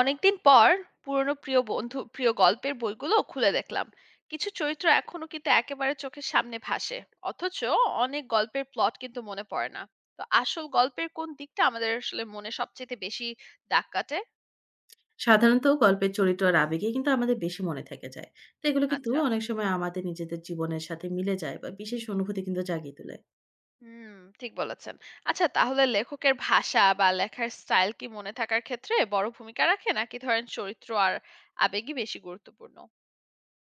অনেকদিন পর পুরনো প্রিয় বন্ধু প্রিয় গল্পের বইগুলো খুলে দেখলাম। কিছু চরিত্র এখনো কিন্তু একেবারে চোখের সামনে ভাসে, অথচ অনেক গল্পের প্লট কিন্তু মনে পড়ে না। তো আসল গল্পের কোন দিকটা আমাদের আসলে মনে সবচেয়ে বেশি দাগ কাটে? সাধারণত গল্পের চরিত্র আর আবেগে কিন্তু আমাদের বেশি মনে থেকে যায়। তো এগুলো কিন্তু আচ্ছা। অনেক সময় আমাদের নিজেদের জীবনের সাথে মিলে যায় বা বিশেষ অনুভূতি কিন্তু জাগিয়ে তোলে। হুম, ঠিক বলেছেন। আচ্ছা, তাহলে লেখকের ভাষা বা লেখার স্টাইল কি মনে থাকার ক্ষেত্রে বড় ভূমিকা রাখে, নাকি ধরেন চরিত্র আর আবেগই বেশি গুরুত্বপূর্ণ?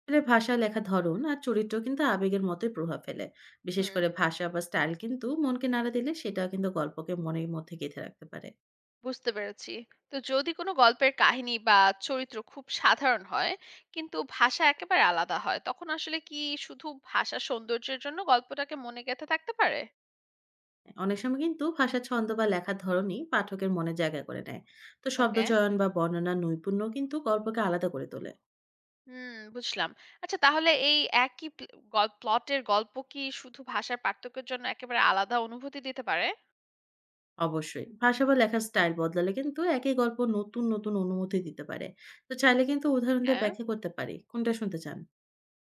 আসলে ভাষা লেখা ধরন আর চরিত্র কিন্তু আবেগের মতোই প্রভাব ফেলে। বিশেষ হুম, করে ভাষা বা স্টাইল কিন্তু মনকে নাড়া দিলে সেটা কিন্তু গল্পকে মনের মধ্যে গেঁথে রাখতে পারে। বুঝতে পেরেছি। তো যদি কোনো গল্পের কাহিনী বা চরিত্র খুব সাধারণ হয়, কিন্তু ভাষা একেবারে আলাদা হয়, তখন আসলে কি শুধু ভাষার সৌন্দর্যের জন্য গল্পটাকে মনে গেঁথে থাকতে পারে? অনেক সময় কিন্তু ভাষা ছন্দ বা লেখার ধরনই পাঠকের মনে জায়গা করে নেয়। তো ওকে। শব্দচয়ন বা বর্ণনা নৈপুণ্য কিন্তু গল্পকে আলাদা করে তোলে। হুম, বুঝলাম। আচ্ছা তাহলে এই একই প্লটের গল্প কি শুধু ভাষার পার্থক্যের জন্য একেবারে আলাদা অনুভূতি দিতে পারে? অবশ্যই। ভাষা বা লেখার স্টাইল বদলালে কিন্তু একই গল্প নতুন, নতুন অনুভূতি দিতে পারে। তো চাইলে কিন্তু উদাহরণ দিয়ে হ্যাঁ। ব্যাখ্যা করতে পারি। কোনটা শুনতে চান?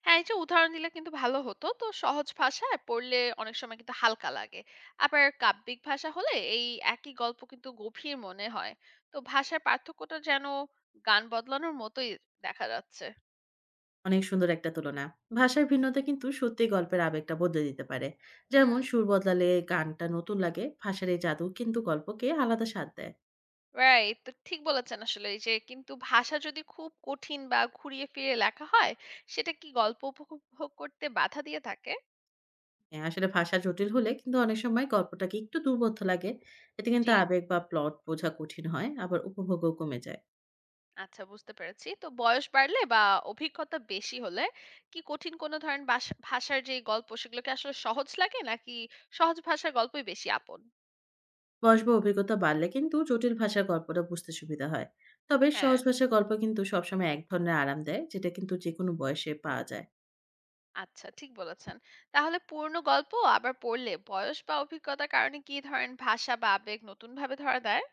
হ্যাঁ, এই যে উদাহরণ দিলে কিন্তু ভালো হতো। তো সহজ ভাষায় পড়লে অনেক সময় কিন্তু হালকা লাগে। আবার কাব্যিক ভাষা হলে এই একই গল্প কিন্তু গভীর মনে হয়। তো ভাষার পার্থক্যটা যেন গান বদলানোর মতোই দেখা যাচ্ছে। অনেক সুন্দর একটা তুলনা। ভাষার ভিন্নতা কিন্তু সত্যিই গল্পের আবেগটা বদলে দিতে পারে। হুম, যেমন সুর বদলালে গানটা নতুন লাগে। ভাষার এই জাদু কিন্তু গল্পকে আলাদা স্বাদ দেয়। রাইট। তো ঠিক বলেছেন। আসলে এই যে কিন্তু ভাষা যদি খুব কঠিন বা ঘুরিয়ে ফিরিয়ে লেখা হয়, সেটা কি গল্প উপভোগ করতে বাধা দিয়ে থাকে? হ্যাঁ, আসলে ভাষা জটিল হলে কিন্তু অনেক সময় গল্পটাকে একটু দুর্বোধ্য লাগে। এতে কিন্তু জি। আবেগ বা প্লট বোঝা কঠিন হয়। আবার উপভোগও কমে যায়। আচ্ছা, বুঝতে পেরেছি। তো বয়স বাড়লে বা অভিজ্ঞতা বেশি হলে কি কঠিন কোনো ধরনের ভাষার যে গল্প সেগুলোকে আসলে সহজ লাগে, নাকি সহজ ভাষার গল্পই বেশি আপন? বয়স বা অভিজ্ঞতা বাড়লে কিন্তু জটিল ভাষার গল্পটা বুঝতে সুবিধা হয়। তবে হ্যাঁ, সহজ ভাষার গল্প কিন্তু সবসময় এক ধরনের আরাম দেয়, যেটা কিন্তু যে কোনো বয়সে পাওয়া যায়। আচ্ছা, ঠিক বলেছেন। তাহলে পুরনো গল্প আবার পড়লে বয়স বা অভিজ্ঞতার কারণে কি ধরনের ভাষা বা আবেগ নতুন ভাবে ধরা দেয়?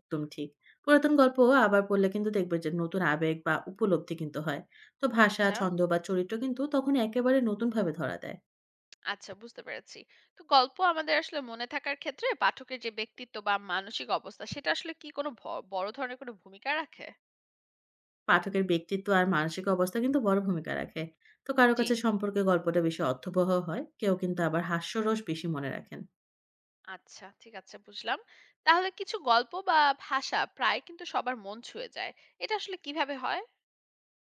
একদম ঠিক। পুরাতন গল্প আবার পড়লে কিন্তু দেখবে যে নতুন আবেগ বা উপলব্ধি কিন্তু হয়। তো ভাষা আচ্ছা, ছন্দ বা চরিত্র কিন্তু তখন একেবারে নতুন ভাবে ধরা দেয়। আচ্ছা, বুঝতে পেরেছি। তো গল্প আমাদের আসলে মনে থাকার ক্ষেত্রে পাঠকের যে ব্যক্তিত্ব বা মানসিক অবস্থা সেটা আসলে কি কোনো বড় ধরনের কোনো ভূমিকা রাখে? পাঠকের ব্যক্তিত্ব আর মানসিক অবস্থা কিন্তু বড় ভূমিকা রাখে। তো কারো জি। কাছে সম্পর্কে গল্পটা বেশি অর্থবহ হয়, কেউ কিন্তু আবার হাস্যরস বেশি মনে রাখেন। আচ্ছা, ঠিক আছে, বুঝলাম। তাহলে কিছু গল্প বা ভাষা প্রায় কিন্তু সবার মন ছুঁয়ে যায়, এটা আসলে কিভাবে হয়?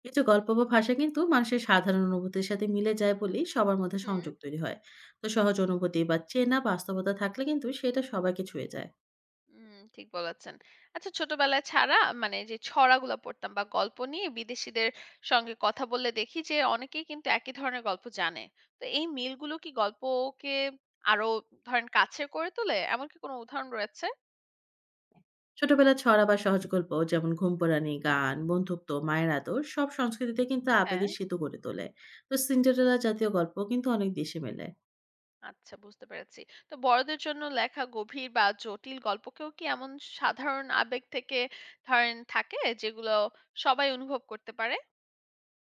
কিছু গল্প বা ভাষা কিন্তু মানুষের সাধারণ অনুভূতির সাথে মিলে যায় বলেই সবার মধ্যে হুম। সংযোগ তৈরি হয়। তো সহজ অনুভূতি বা চেনা বাস্তবতা থাকলে কিন্তু সেটা সবাইকে ছুঁয়ে যায়। হুম, ঠিক বলেছেন। আচ্ছা, ছোটবেলায় ছাড়া মানে যে ছড়াগুলো পড়তাম বা গল্প নিয়ে বিদেশিদের সঙ্গে কথা বললে দেখি যে অনেকেই কিন্তু একই ধরনের গল্প জানে। তো এই মিলগুলো কি গল্পকে আরো ধরেন কাছের করে তোলে, এমন কি কোনো উদাহরণ রয়েছে? ছোটবেলার ছড়া বা সহজ গল্প যেমন ঘুম পোড়ানি গান, বন্ধুত্ব, মায়ের আদর সব সংস্কৃতিতে কিন্তু হ্যাঁ, আবেগের সেতু গড়ে তোলে। তো সিন্ডারেলা জাতীয় গল্প কিন্তু অনেক দেশে মেলে। আচ্ছা, বুঝতে পেরেছি। তো বড়দের জন্য লেখা গভীর বা জটিল গল্পকেও কি এমন সাধারণ আবেগ থেকে ধরেন থাকে যেগুলো সবাই অনুভব করতে পারে?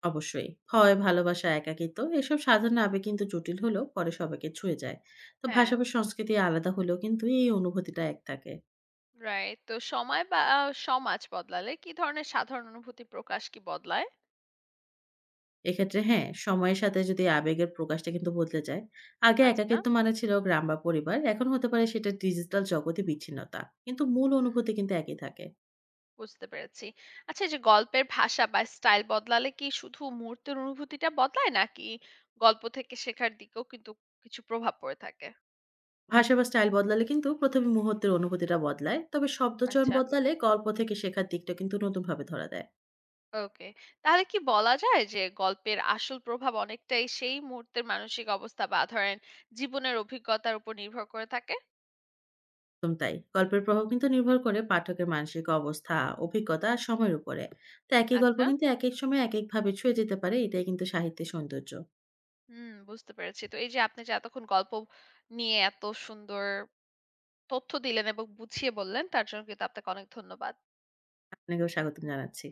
অবশ্যই ভয়, ভালোবাসা, একাকিত্ব এসব সাধারণ আবেগ কিন্তু জটিল হলেও পরে সবাইকে ছুঁয়ে যায়। তো হ্যাঁ, ভাষা বা সংস্কৃতি আলাদা হলেও কিন্তু এই অনুভূতিটা এক থাকে। রাইট। তো সময় বা সমাজ বদলালে কি ধরনের সাধারণ অনুভূতি প্রকাশ কি বদলায়? এক্ষেত্রে হ্যাঁ, সময়ের সাথে যদি আবেগের প্রকাশটা কিন্তু বদলে যায়। আগে আচ্ছা, একাকিত্ব মানে ছিল গ্রাম বা পরিবার। এখন হতে পারে সেটা ডিজিটাল জগতে বিচ্ছিন্নতা। কিন্তু মূল অনুভূতি কিন্তু একই থাকে। বুঝতে পেরেছি। আচ্ছা, এই যে গল্পের ভাষা বা স্টাইল বদলালে কি শুধু মুহূর্তের অনুভূতিটা বদলায়, নাকি গল্প থেকে শেখার দিকেও কিন্তু কিছু প্রভাব পড়ে থাকে? ভাষা বা স্টাইল বদলালে কিন্তু ১ম এ মুহূর্তের অনুভূতিটা বদলায়। তবে শব্দচয়ন আচ্ছা। বদলালে গল্প থেকে শেখার দিকটা কিন্তু নতুনভাবে ধরা দেয়। ওকে, তাহলে কি বলা যায় যে গল্পের আসল প্রভাব অনেকটাই সেই মুহূর্তের মানসিক অবস্থা বা ধরেন জীবনের অভিজ্ঞতার উপর নির্ভর করে থাকে? একদম তাই। গল্পের প্রভাব কিন্তু নির্ভর করে পাঠকের মানসিক অবস্থা, অভিজ্ঞতা আর সময়ের উপরে। তো একই গল্প আচ্ছা। কিন্তু একেক সময় একেকভাবে ছুঁয়ে যেতে পারে। এটাই কিন্তু সাহিত্যের সৌন্দর্য। হুম, বুঝতে পেরেছি। তো এই যে আপনি যে এতক্ষণ গল্প নিয়ে এত সুন্দর তথ্য দিলেন এবং বুঝিয়ে বললেন, তার জন্য কিন্তু আপনাকে অনেক ধন্যবাদ। আপনাকেও স্বাগতম জানাচ্ছি।